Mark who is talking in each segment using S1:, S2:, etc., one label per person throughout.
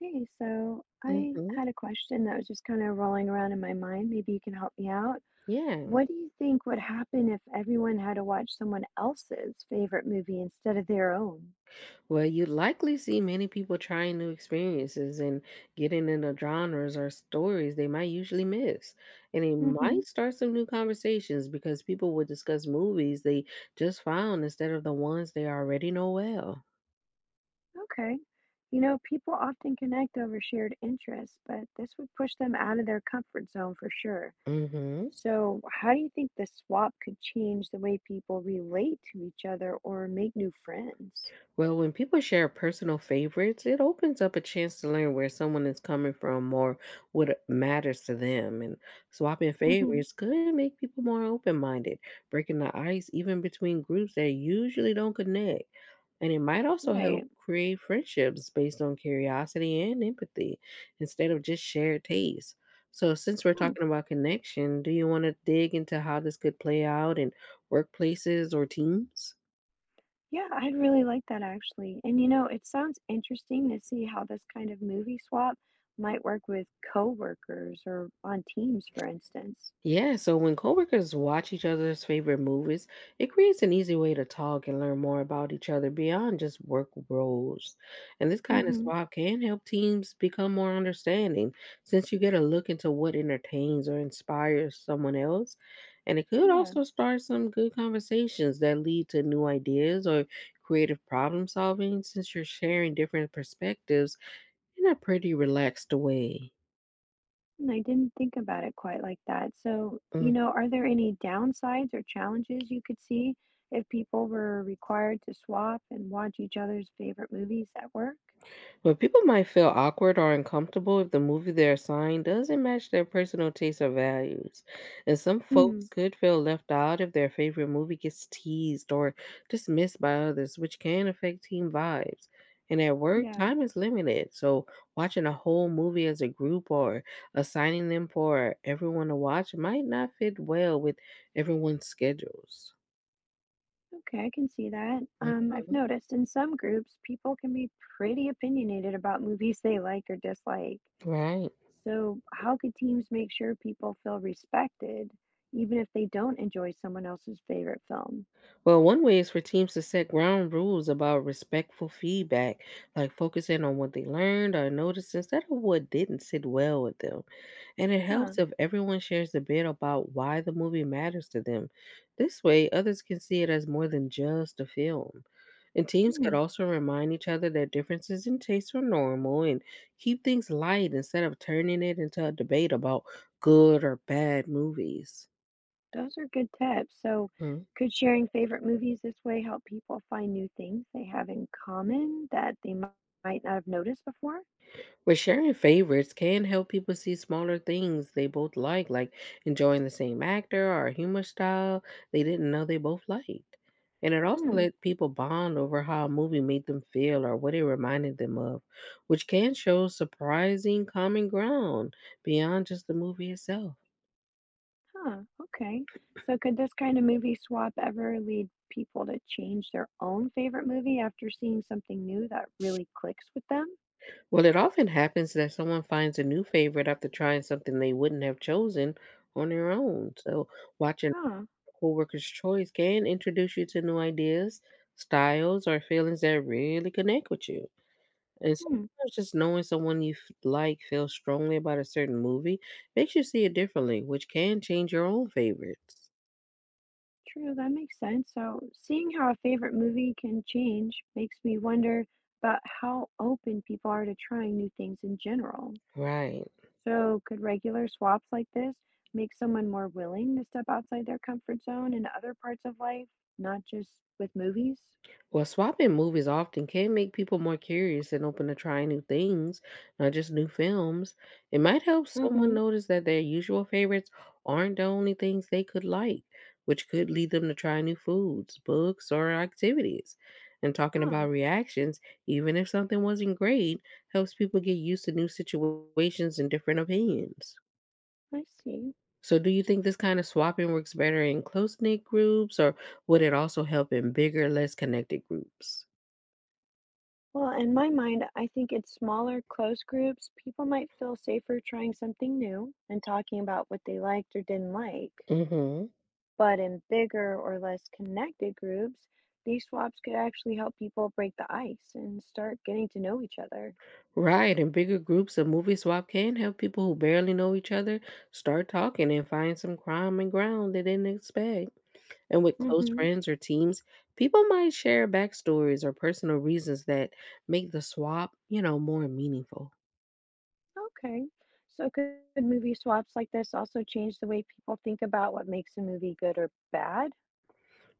S1: Hey, so I
S2: Mhm.
S1: had a question that was just kind of rolling around in my mind. Maybe you can help me out.
S2: Yeah.
S1: What do you think would happen if everyone had to watch someone else's favorite movie instead of their own?
S2: Well, you likely see many people trying new experiences and getting into genres or stories they might usually miss. And it
S1: Mm-hmm.
S2: might start some new conversations because people will discuss movies they just found instead of the ones they already know well.
S1: Okay. People often connect over shared interests, but this would push them out of their comfort zone for sure.
S2: Mhm.
S1: So, how do you think the swap could change the way people relate to each other or make new friends?
S2: Well, when people share personal favorites, it opens up a chance to learn where someone is coming from or what it matters to them. And swapping
S1: Mm-hmm.
S2: favorites could make people more open minded, breaking the ice even between groups that usually don't connect. And it might also help
S1: Right.
S2: create friendships based on curiosity and empathy instead of just shared tastes. So, since we're
S1: Hmm.
S2: talking about connection, do you want to dig into how this could play out in workplaces or teams?
S1: Yeah, I'd really like that actually. And it sounds interesting to see how this kind of movie swap might work with coworkers or on teams, for instance.
S2: Yeah, so when coworkers watch each other's favorite movies, it creates an easy way to talk and learn more about each other beyond just work roles. And this kind of
S1: Hmm.
S2: swap can help teams become more understanding since you get a look into what entertains or inspires someone else. And it could
S1: Yeah,
S2: also start some good conversations that lead to new ideas or creative problem solving since you're sharing different perspectives in a pretty relaxed way.
S1: and I didn't think about it quite like that. So,
S2: Mm-hmm.
S1: are there any downsides or challenges you could see if people were required to swap and watch each other's favorite movies at work?
S2: But people might feel awkward or uncomfortable if the movie they're assigned doesn't match their personal tastes or values. And some
S1: Hmm.
S2: folks could feel left out if their favorite movie gets teased or dismissed by others, which can affect team vibes. And at work,
S1: Yeah.
S2: time is limited. So watching a whole movie as a group or assigning them for everyone to watch might not fit well with everyone's schedules.
S1: Okay, I can see that. I've
S2: Mhm.
S1: noticed in some groups, people can be pretty opinionated about movies they like or dislike.
S2: Right.
S1: So, how could teams make sure people feel respected, even if they don't enjoy someone else's favorite film?
S2: Well, one way is for teams to set ground rules about respectful feedback, like focusing on what they learned or noticed instead of what didn't sit well with them. And it
S1: Huh.
S2: helps if everyone shares a bit about why the movie matters to them. This way, others can see it as more than just a film. And teams could
S1: Hmm,
S2: also remind each other that differences in taste are normal and keep things light instead of turning it into a debate about good or bad movies.
S1: those are good tips. So, could sharing favorite movies this way help people find new things they have in common that might not have noticed before?
S2: Well, sharing favorites can help people see smaller things they both like enjoying the same actor or humor style they didn't know they both liked. And it also
S1: Hmm.
S2: let people bond over how a movie made them feel or what it reminded them of, which can show surprising common ground beyond just the movie itself.
S1: Huh, okay. So could this kind of movie swap ever lead people to change their own favorite movie after seeing something new that really clicks with them?
S2: Well, it often happens that someone finds a new favorite after trying something they wouldn't have chosen on their own. So, watching
S1: Huh.
S2: Coworkers' Choice can introduce you to new ideas, styles, or feelings that really connect with you. And
S1: Hmm.
S2: sometimes just knowing someone you like feels strongly about a certain movie makes you see it differently, which can change your own favorites.
S1: True, that makes sense. So seeing how a favorite movie can change makes me wonder about how open people are to trying new things in general.
S2: Right.
S1: So could regular swaps like this make someone more willing to step outside their comfort zone in other parts of life, not just with movies?
S2: Well, swapping movies often can make people more curious and open to trying new things, not just new films. It might help someone
S1: Hmm.
S2: notice that their usual favorites aren't the only things they could like, which could lead them to try new foods, books, or activities. And talking about
S1: Oh,
S2: reactions, even if something wasn't great, helps people get used to new situations and different opinions.
S1: I see.
S2: So, do you think this kind of swapping works better in close knit groups, or would it also help in bigger, less connected groups?
S1: Well, in my mind, I think in smaller, close groups, people might feel safer trying something new and talking about what they liked or didn't like.
S2: Mm-hmm.
S1: But in bigger or less connected groups, these swaps could actually help people break the ice and start getting to know each other.
S2: Right, and bigger groups of movie swap can help people who barely know each other start talking and find some common ground they didn't expect. And with close
S1: Mm-hmm.
S2: friends or teams, people might share backstories or personal reasons that make the more meaningful.
S1: Okay. So could movie swaps like this also change the way people think about what makes a movie good or bad?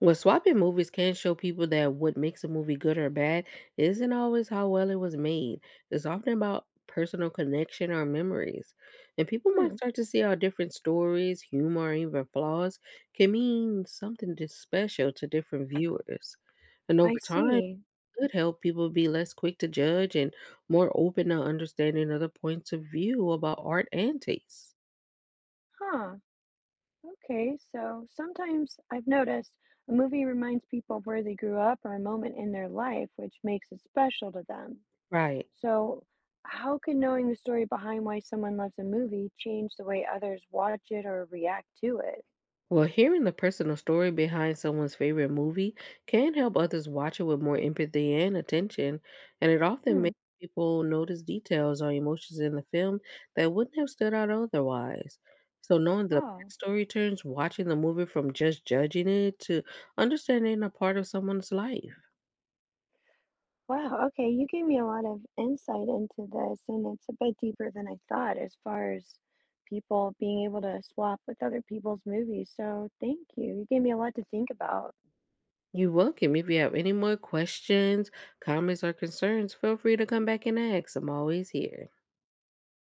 S2: Well, swapping movies can show people that what makes a movie good or bad isn't always how well it was made. It's often about personal connection or memories. And people might
S1: Hmm,
S2: start to see how different stories, humor, or even flaws can mean something special to different viewers. And
S1: I
S2: over time,
S1: see.
S2: it could help people be less quick to judge and more open to understanding other points of view about art and taste.
S1: Huh. Okay, so sometimes I've noticed a movie reminds people of where they grew up or a moment in their life, which makes it special to them.
S2: Right.
S1: So, how can knowing the story behind why someone loves a movie change the way others watch it or react to it?
S2: Well, hearing the personal story behind someone's favorite movie can help others watch it with more empathy and attention, and it often
S1: Hmm.
S2: makes people notice details or emotions in the film that wouldn't have stood out otherwise. So, knowing the
S1: Oh,
S2: backstory turns watching the movie from just judging it to understanding a part of someone's life.
S1: wow. Okay, you gave me a lot of insight into this, and it's a bit deeper than I thought as far as people being able to swap with other people's movies. So, thank you. You gave me a lot to think about.
S2: You're welcome. If you have any more questions, comments, or concerns, feel free to come back and ask. I'm always here.